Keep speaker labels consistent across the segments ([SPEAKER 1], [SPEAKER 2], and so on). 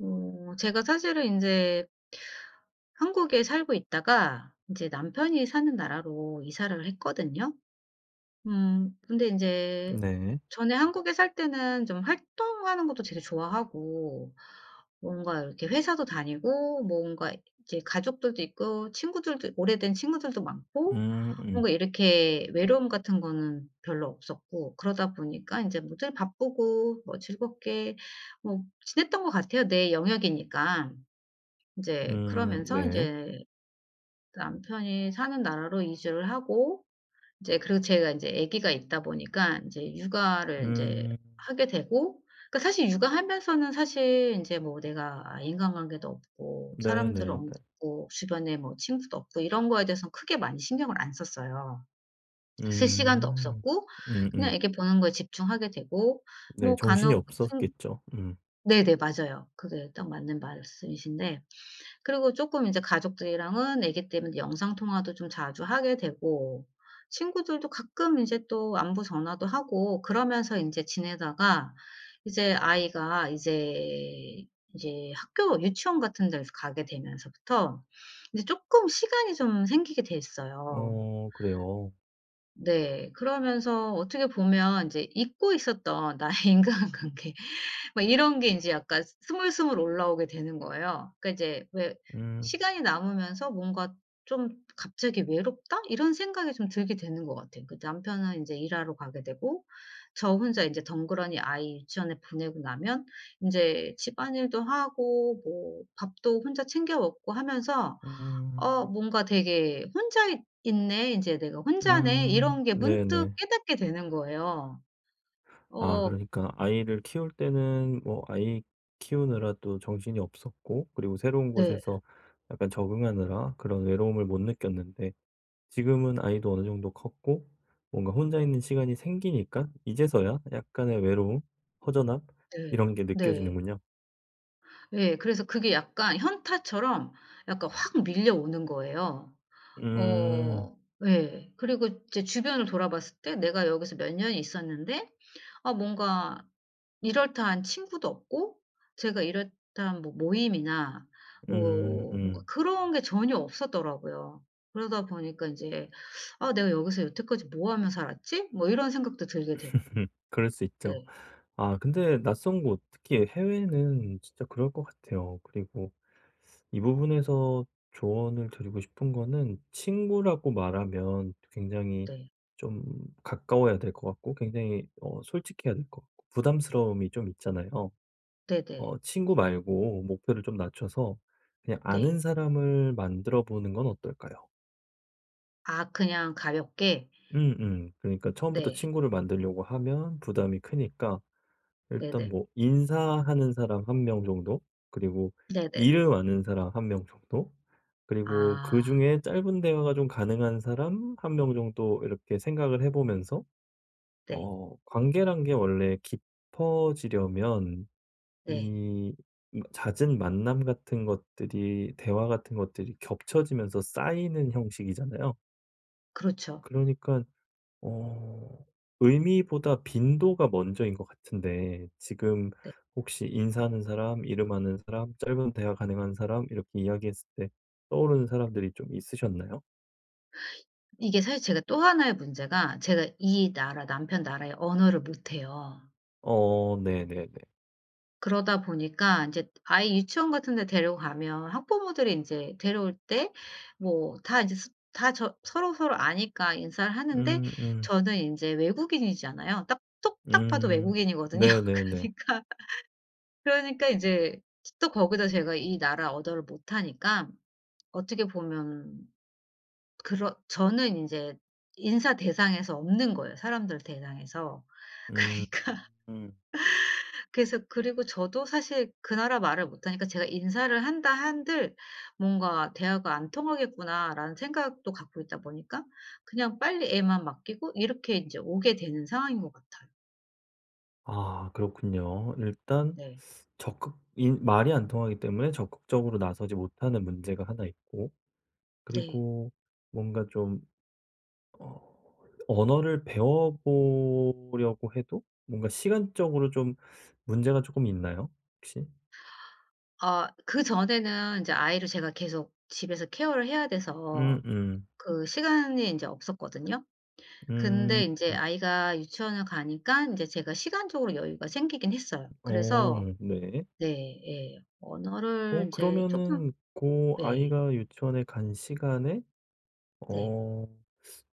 [SPEAKER 1] 제가 사실은 이제 한국에 살고 있다가 이제 남편이 사는 나라로 이사를 했거든요. 근데 이제
[SPEAKER 2] 네.
[SPEAKER 1] 전에 한국에 살 때는 좀 활동하는 것도 되게 좋아하고 뭔가 이렇게 회사도 다니고 뭔가 이제 가족들도 있고 친구들도 오래된 친구들도 많고
[SPEAKER 2] 음 음.
[SPEAKER 1] 뭔가 이렇게 외로움 같은 거는 별로 없었고 그러다 보니까 이제 뭐늘 바쁘고 뭐 즐겁게 뭐 지냈던 것 같아요, 내 영역이니까. 이제 그러면서 이
[SPEAKER 2] 네.
[SPEAKER 1] 제 남편이 사는 나라로 이주를 하고 이제 그리고 제가 인제 아기가 있다 보니까 인제 육아를 인제
[SPEAKER 2] 음.
[SPEAKER 1] 하게 되고 그러니까 사실 육아하면서는 사실 인제 뭐 내가 인간관계도 없고 사람들
[SPEAKER 2] 네네네.
[SPEAKER 1] 없고 주변에 뭐 친구도 없고 이런 거에 대해서는 크게 많이 신경을 안 썼어요. 쓸 시간도
[SPEAKER 2] 음.
[SPEAKER 1] 없었고 그냥
[SPEAKER 2] 음음.
[SPEAKER 1] 애기 보는 거에 집중하게 되고
[SPEAKER 2] 네
[SPEAKER 1] 뭐
[SPEAKER 2] 정신이
[SPEAKER 1] 간혹 친
[SPEAKER 2] 없었겠죠. 음.
[SPEAKER 1] 네네 맞아요. 그게 딱 맞는 말씀이신데 그리고 조금 이제 가족들이랑은 아기 때문에 영상 통화도 좀 자주 하게 되고 친구들도 가끔 이제 또 안부 전화도 하고 그러면서 인제 지내다가 이제 아이가 이제 학교 유치원 같은 데를 가게 되면서부터 이제 쪼끔 시간이 좀 생기게 됐어요.
[SPEAKER 2] 어 그래요.
[SPEAKER 1] 네. 그러면서 어떻게 보면 인제 잊고 있었던 나의 인간관계 막 이런 게 인제 약간 스물스물 올라오게 되는 거예요. 그러니까 이제 왜
[SPEAKER 2] 음.
[SPEAKER 1] 시간이 남으면서 뭔가 좀 '갑자기 외롭다?' 이런 생각이 좀 들게 되는 것 같아요. 그 남편은 인제 일하러 가게 되고 저 혼자 인제 덩그러니 아이 유치원에 보내고 나면 인제 집안일도 하고 뭐 밥도 혼자 챙겨 먹고 하면서 '어
[SPEAKER 2] 음.
[SPEAKER 1] 뭔가 되게 혼자 있 있네. 인제 내가 혼자네.' 이런
[SPEAKER 2] 음.
[SPEAKER 1] 게 문득
[SPEAKER 2] 네네.
[SPEAKER 1] 깨닫게 되는 거예요.
[SPEAKER 2] 아
[SPEAKER 1] 어
[SPEAKER 2] 그러니까 아이를 키울 때는 뭐 아이 키우느라 또 정신이 없었고 그리고 새로운
[SPEAKER 1] 네.
[SPEAKER 2] 곳에서 약간 적응하느라 그런 외로움을 못 느꼈는데 지금은 아이도 어느 정도 컸고 뭔가 혼자 있는 시간이 생기니까 이제서야 약간의 외로움, 허전함
[SPEAKER 1] 네.
[SPEAKER 2] 이런 게
[SPEAKER 1] 네.
[SPEAKER 2] 느껴지는군요.
[SPEAKER 1] 예. 그래서 그게 약간 현타처럼 약간 확 밀려오는 거예요.
[SPEAKER 2] 음.
[SPEAKER 1] 어 예. 그리고 이제 주변을 돌아봤을 때 '내가 여기서 몇 년 있었는데 아 뭔가 이럴듯한 친구도 없고 제가 이럴듯한 뭐 모임이나 뭐 뭔가
[SPEAKER 2] 음.
[SPEAKER 1] 그런 게 전혀 없었더라고요. 그러다 보니까 인제 '아 내가 여기서 여태까지 뭐 하며 살았지?' 뭐 이런 생각도 들게 되고.
[SPEAKER 2] 그럴 수 있죠.
[SPEAKER 1] 네.
[SPEAKER 2] 아 근데 낯선 곳, 특히 해외는 진짜 그럴 것 같아요. 그리고 이 부분에서 조언을 드리고 싶은 거는 친구라고 말하면 굉장히
[SPEAKER 1] 네.
[SPEAKER 2] 좀 가까워야 될 것 같고 굉장히 솔직해야 될 것 같고 부담스러움이 좀 있잖아요.
[SPEAKER 1] 네네. 네.
[SPEAKER 2] 친구 말고 목표를 좀 낮춰서 그냥
[SPEAKER 1] 네.
[SPEAKER 2] 아는 사람을 만들어 보는 건 어떨까요?
[SPEAKER 1] 아 그냥 가볍게.
[SPEAKER 2] 음음. 그러니까 처음부터
[SPEAKER 1] 네.
[SPEAKER 2] 친구를 만들려고 하면 부담이 크니까 일단
[SPEAKER 1] 네네.
[SPEAKER 2] 뭐 인사하는 사람 한 명 정도, 그리고
[SPEAKER 1] 네네.
[SPEAKER 2] 이름 아는 사람 한 명 정도, 그리고
[SPEAKER 1] 아
[SPEAKER 2] 그중에 짧은 대화가 좀 가능한 사람 한 명 정도 이렇게 생각을 해 보면서
[SPEAKER 1] 네.
[SPEAKER 2] 관계란 게 원래 깊어지려면
[SPEAKER 1] 네.
[SPEAKER 2] 이 잦은 만남 같은 것들이 대화 같은 것들이 겹쳐지면서 쌓이는 형식이잖아요.
[SPEAKER 1] 그렇죠.
[SPEAKER 2] 그러니까 어 의미보다 빈도가 먼저인 것 같은데 지금
[SPEAKER 1] 네.
[SPEAKER 2] 혹시 인사하는 사람, 이름 아는 사람, 짧은 대화 가능한 사람 이렇게 이야기했을 때 떠오르는 사람들이 좀 있으셨나요?
[SPEAKER 1] 이게 사실 제가 또 하나의 문제가 제가 이 나라 남편 나라의 언어를 못해요.
[SPEAKER 2] 어 네네네.
[SPEAKER 1] 그러다 보니까 이제 아이 유치원 같은 데 데려가면 학부모들이 인제 데려올 때 뭐 다 이제 스 다 저 서로서로 아니까 인사를 하는데
[SPEAKER 2] 음 음.
[SPEAKER 1] 저는 인제 외국인이잖아요. 딱 톡 딱 봐도
[SPEAKER 2] 음.
[SPEAKER 1] 외국인이거든요.
[SPEAKER 2] 네네네.
[SPEAKER 1] 그러니까, 그러니까 이제 또 거기다 제가 이 나라 언어를 못하니까 어떻게 보면 그런 저는 인제 인사 대상에서 없는 거예요, 사람들 대상에서.
[SPEAKER 2] 음,
[SPEAKER 1] 그러니까
[SPEAKER 2] 음.
[SPEAKER 1] 그래서 그리고 저도 사실 그 나라 말을 못하니까 제가 인사를 한다 한들 '뭔가 대화가 안 통하겠구나.'라는 생각도 갖고 있다 보니까 그냥 빨리 애만 맡기고 이렇게 인제 오게 되는 상황인 것 같아요.
[SPEAKER 2] 아 그렇군요. 일단
[SPEAKER 1] 네.
[SPEAKER 2] 적극 인 말이 안 통하기 때문에 적극적으로 나서지 못하는 문제가 하나 있고
[SPEAKER 1] 네.
[SPEAKER 2] 그리고 뭔가 좀 어 언어를 배워 보려고 해도 뭔가 시간적으로 좀 문제가 조금 있나요? 혹시?
[SPEAKER 1] 아 그전에는 인제 아이를 제가 계속 집에서 케어를 해야 돼서
[SPEAKER 2] 음 음.
[SPEAKER 1] 그 시간이 인제 없었거든요. 근데
[SPEAKER 2] 음.
[SPEAKER 1] 인제
[SPEAKER 2] 음,
[SPEAKER 1] 아이가 유치원을 가니까 인제 제가 시간적으로 여유가 생기긴 했어요. 그래서
[SPEAKER 2] 어 네.
[SPEAKER 1] 네 예. 언어를 인제 쪼끔
[SPEAKER 2] 그러면은 고
[SPEAKER 1] 네.
[SPEAKER 2] 아이가 유치원에 간 시간에
[SPEAKER 1] 네.
[SPEAKER 2] 어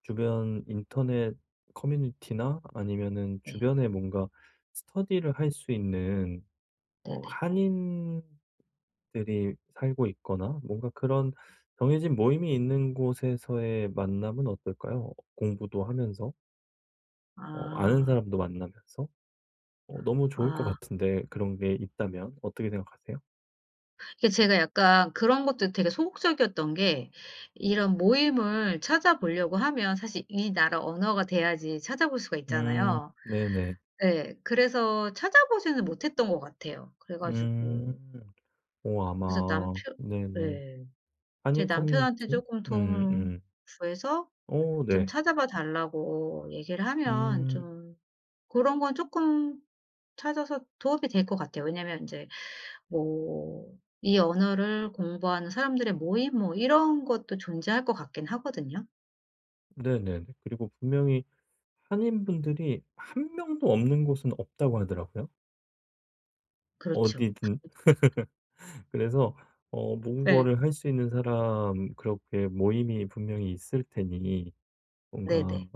[SPEAKER 2] 주변 인터넷 커뮤니티나 아니면은
[SPEAKER 1] 네.
[SPEAKER 2] 주변에 뭔가 스터디를 할 수 있는
[SPEAKER 1] 네네.
[SPEAKER 2] 한인들이 살고 있거나 뭔가 그런 정해진 모임이 있는 곳에서의 만남은 어떨까요? 공부도 하면서 아는
[SPEAKER 1] 아.
[SPEAKER 2] 사람도 만나면서 너무 좋을 것
[SPEAKER 1] 아.
[SPEAKER 2] 같은데 그런 게 있다면 어떻게 생각하세요?
[SPEAKER 1] 이게 제가 약간 그런 것도 되게 소극적이었던 게 이런 모임을 찾아보려고 하면 사실 이 나라 언어가 돼야지 찾아볼 수가 있잖아요.
[SPEAKER 2] 네네.
[SPEAKER 1] 예. 그래서 찾아보지는 못했던 것 같아요. 그래 가지고
[SPEAKER 2] 음. 오
[SPEAKER 1] 그래서 남편
[SPEAKER 2] 아마 네네.
[SPEAKER 1] 네. 제
[SPEAKER 2] 한인
[SPEAKER 1] 남편한테
[SPEAKER 2] 커뮤니티?
[SPEAKER 1] 쪼끔
[SPEAKER 2] 음
[SPEAKER 1] 도움을
[SPEAKER 2] 음.
[SPEAKER 1] 구해서
[SPEAKER 2] 오
[SPEAKER 1] 좀
[SPEAKER 2] 네.
[SPEAKER 1] 찾아봐 달라고 얘기를 하면
[SPEAKER 2] 음
[SPEAKER 1] 좀 고런 건 쪼끔 찾아서 도움이 될 것 같아요. 왜냐면 인제 뭐 이 언어를 공부하는 사람들의 모임 뭐 이런 것도 존재할 것 같긴 하거든요.
[SPEAKER 2] 네네네. 그리고 분명히 한인분들이 한 명도 없는 곳은 없다고 하더라고요
[SPEAKER 1] 그렇죠.
[SPEAKER 2] 어디든. 그래서
[SPEAKER 1] 예.
[SPEAKER 2] 모국어를 할 수 있는 사람 그렇게 모임이 분명히 있을 테니 뭔가
[SPEAKER 1] 네네.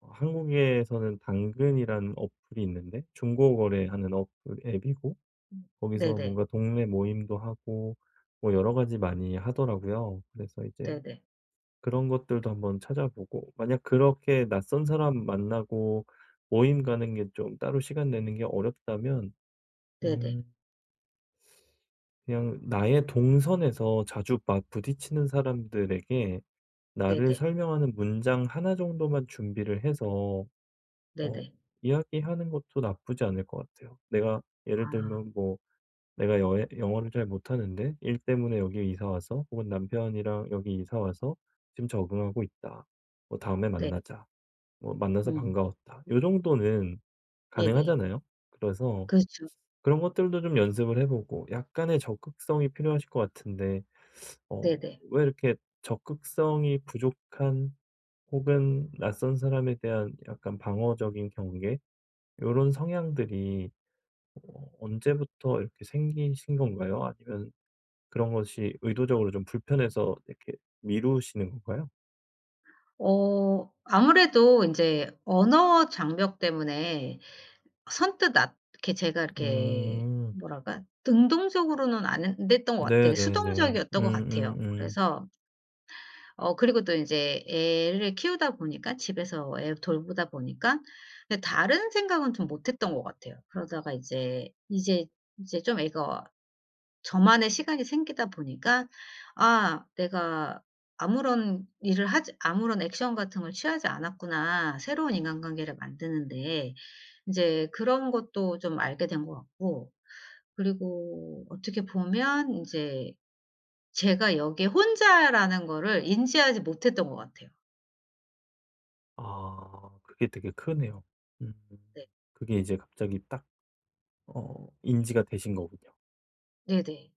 [SPEAKER 2] 한국에서는 당근이라는 어플이 있는데 중고 거래하는 어플 앱이고
[SPEAKER 1] 음.
[SPEAKER 2] 거기서
[SPEAKER 1] 네네.
[SPEAKER 2] 뭔가 동네 모임도 하고 뭐 여러 가지 많이 하더라고요. 그래서 이제
[SPEAKER 1] 네네.
[SPEAKER 2] 그런 것들도 한번 찾아보고 만약 그렇게 낯선 사람 만나고 모임 가는 게 좀 따로 시간 내는 게 어렵다면
[SPEAKER 1] 네네.
[SPEAKER 2] 음 그냥 나의 동선에서 자주 막 부딪히는 사람들에게 나를
[SPEAKER 1] 네네.
[SPEAKER 2] 설명하는 문장 하나 정도만 준비를 해서 어
[SPEAKER 1] 네네.
[SPEAKER 2] 이야기하는 것도 나쁘지 않을 것 같아요. 내가 예를
[SPEAKER 1] 아
[SPEAKER 2] 들면 뭐 "내가 여 영어를 잘 못하는데 일 때문에 여기 이사 와서 혹은 남편이랑 여기 이사 와서 지금 적응하고 있다. 뭐 다음에
[SPEAKER 1] 네.
[SPEAKER 2] 만나자. 뭐 만나서
[SPEAKER 1] 음.
[SPEAKER 2] 반가웠다." 요 정도는
[SPEAKER 1] 네네.
[SPEAKER 2] 가능하잖아요. 그래서
[SPEAKER 1] 그렇죠.
[SPEAKER 2] 그런 것들도 좀 연습을 해 보고 약간의 적극성이 필요하실 것 같은데 어
[SPEAKER 1] 네네.
[SPEAKER 2] 왜 이렇게 적극성이 부족한 혹은 낯선 사람에 대한 약간 방어적인 경계 이런 성향들이 언제부터 이렇게 생기신 건가요? 아니면 그런 것이 의도적으로 좀 불편해서 이렇게 미루시는 건가요?
[SPEAKER 1] 어 아무래도 인제 언어 장벽 때문에 선뜻 나 이렇게 제가 이렇게
[SPEAKER 2] 음.
[SPEAKER 1] 뭐랄까 능동적으로는 안 됐던 것 같아요.
[SPEAKER 2] 네네네.
[SPEAKER 1] 수동적이었던 것 같아요. 그래서 그리고 또 이제 애를 키우다 보니까 집에서 애 돌보다 보니까 근데 다른 생각은 좀 못 했던 것 같아요. 그러다가 이제 좀 애가 저만의 시간이 생기다 보니까 '아 내가 아무런 일을 하지 아무런 액션 같은 걸 취하지 않았구나. 새로운 인간관계를 만드는데.' 이제 그런 것도 좀 알게 된 것 같고 그리고 어떻게 보면 이제 제가 여기에 혼자라는 거를 인지하지 못했던 것 같아요.
[SPEAKER 2] 아 그게 되게 크네요. 음.
[SPEAKER 1] 네.
[SPEAKER 2] 그게 이제 갑자기 딱 인지가 되신 거군요.
[SPEAKER 1] 네네.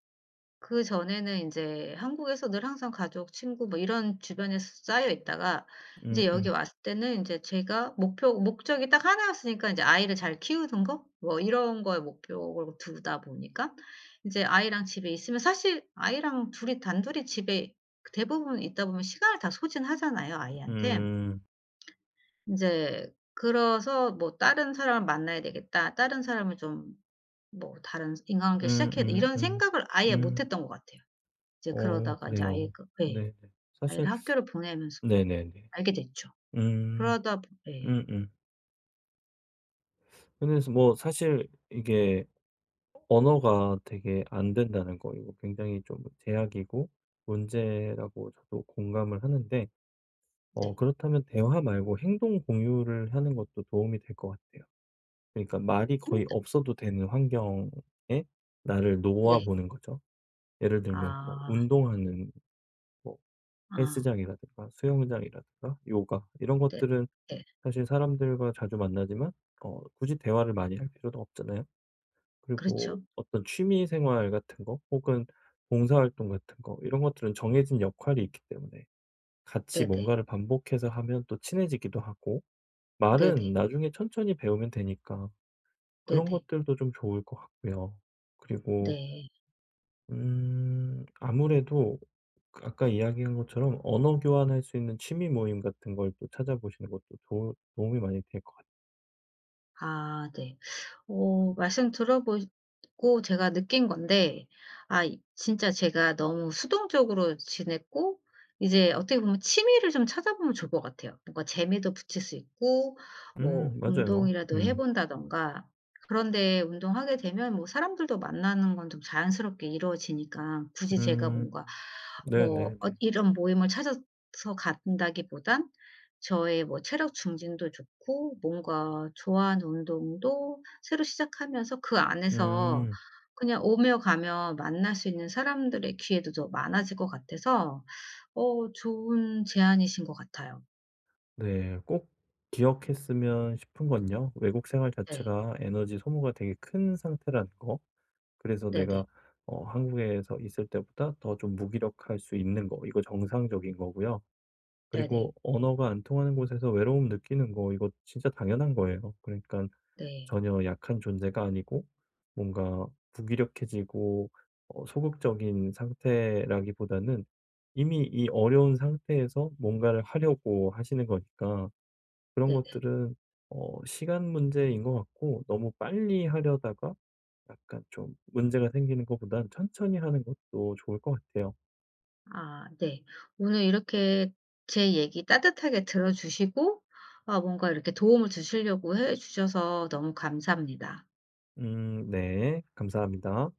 [SPEAKER 1] 그전에는 인제 한국에서 늘 항상 가족, 친구 뭐 이런 주변에 쌓여 있다가 인제
[SPEAKER 2] 음음.
[SPEAKER 1] 여기
[SPEAKER 2] 음.
[SPEAKER 1] 왔을 때는 인제 제가 목표 목적이 딱 하나였으니까 인제 아이를 잘 키우는 거 뭐 이런 거에 목표를 두다 보니까 인제 아이랑 집에 있으면 사실 아이랑 둘이 단둘이 집에 그 대부분 있다 보면 시간을 다 소진하잖아요, 아이한테.
[SPEAKER 2] 음.
[SPEAKER 1] 인제 그래서 뭐 '다른 사람을 만나야 되겠다. 다른 사람을 좀 뭐 다른 인간관계
[SPEAKER 2] 음
[SPEAKER 1] 시작해야 돼
[SPEAKER 2] 음
[SPEAKER 1] 이런
[SPEAKER 2] 음.
[SPEAKER 1] 생각을 아예 못
[SPEAKER 2] 음.
[SPEAKER 1] 했던 것 같아요. 이제
[SPEAKER 2] 어
[SPEAKER 1] 그러다가 이제 아이
[SPEAKER 2] 그래요.
[SPEAKER 1] 그 예.
[SPEAKER 2] 네네. 사실
[SPEAKER 1] 아이를 학교를 보내면서
[SPEAKER 2] 네네네.
[SPEAKER 1] 알게 됐죠.
[SPEAKER 2] 음.
[SPEAKER 1] 그러다 보 예.
[SPEAKER 2] 음음. 그래서 뭐 사실 이게 언어가 되게 안 된다는 거 이거 굉장히 좀 제약이고 문제라고 저도 공감을 하는데
[SPEAKER 1] 네.
[SPEAKER 2] 그렇다면 대화 말고 행동 공유를 하는 것도 도움이 될 것 같아요. 그러니까 말이
[SPEAKER 1] 힘들
[SPEAKER 2] 거의 없어도 되는 환경에 나를 놓아
[SPEAKER 1] 네.
[SPEAKER 2] 보는 거죠. 예를 들면 뭐
[SPEAKER 1] 아.
[SPEAKER 2] 운동하는 뭐
[SPEAKER 1] 아.
[SPEAKER 2] 헬스장이라든가 수영장이라든가 요가 이런
[SPEAKER 1] 네.
[SPEAKER 2] 것들은
[SPEAKER 1] 네.
[SPEAKER 2] 사실 사람들과 자주 만나지만 굳이 대화를 많이 할 필요도 없잖아요.
[SPEAKER 1] 그렇죠.
[SPEAKER 2] 그리고 어떤 취미 생활 같은 거 혹은 봉사활동 같은 거 이런 것들은 정해진 역할이 있기 때문에 같이
[SPEAKER 1] 네네.
[SPEAKER 2] 뭔가를 반복해서 하면 또 친해지기도 하고 말은
[SPEAKER 1] 네네.
[SPEAKER 2] 나중에 천천히 배우면 되니까
[SPEAKER 1] 네네.
[SPEAKER 2] 그런
[SPEAKER 1] 네.
[SPEAKER 2] 것들도 좀 좋을 것 같고요.
[SPEAKER 1] 네,
[SPEAKER 2] 그리고
[SPEAKER 1] 네.
[SPEAKER 2] 아무래도 아까 이야기한 것처럼 언어 교환할 수 있는 취미 모임 같은 걸 또 찾아보시는 것도 도움이 많이 될 것 같아요.
[SPEAKER 1] 아 네. 말씀 들어보고 제가 느낀 건데 아 이 진짜 제가 너무 수동적으로 지냈고 이제 어떻게 보면 취미를 좀 찾아보면 좋을 것 같아요. 뭔가 재미도 붙일 수 있고 뭐
[SPEAKER 2] 맞아요.
[SPEAKER 1] 운동이라도 해 본다든가 그런데 운동하게 되면 뭐 사람들도 만나는 건 좀 자연스럽게 이루어지니까 굳이 제가 뭔가
[SPEAKER 2] 음,
[SPEAKER 1] 뭐
[SPEAKER 2] 네네네.
[SPEAKER 1] 이런 모임을 찾아서 간다기보단 저의 뭐 체력 증진도 좋고 뭔가 좋아하는 운동도 새로 시작하면서 그 안에서
[SPEAKER 2] 음,
[SPEAKER 1] 그냥 오며 가며 만날 수 있는 사람들의 기회도 더 많아질 것 같아서 좋은 제안이신 것 같아요.
[SPEAKER 2] 네. 꼭 기억했으면 싶은 건요. 외국 생활
[SPEAKER 1] 네.
[SPEAKER 2] 자체가 에너지 소모가 되게 큰 상태라는 거. 그래서
[SPEAKER 1] 네네.
[SPEAKER 2] 내가 한국에서 있을 때보다 더 좀 무기력할 수 있는 거. 이거 정상적인 거고요.
[SPEAKER 1] 네네.
[SPEAKER 2] 그리고 언어가 안 통하는 곳에서 외로움 느끼는 거 이거 진짜 당연한 거예요. 그러니까
[SPEAKER 1] 네.
[SPEAKER 2] 전혀 약한 존재가 아니고 뭔가 무기력해지고 소극적인 상태라기보다는 이미 이 어려운 상태에서 뭔가를 하려고 하시는 거니까 그런
[SPEAKER 1] 네네.
[SPEAKER 2] 것들은 시간 문제인 것 같고 너무 빨리 하려다가 약간 좀 문제가 생기는 것보단 천천히 하는 것도 좋을 것 같아요.
[SPEAKER 1] 아 네. 오늘 이렇게 제 얘기 따뜻하게 들어 주시고 아 뭔가 이렇게 도움을 주시려고 해 주셔서 너무 감사합니다.
[SPEAKER 2] 네, 감사합니다.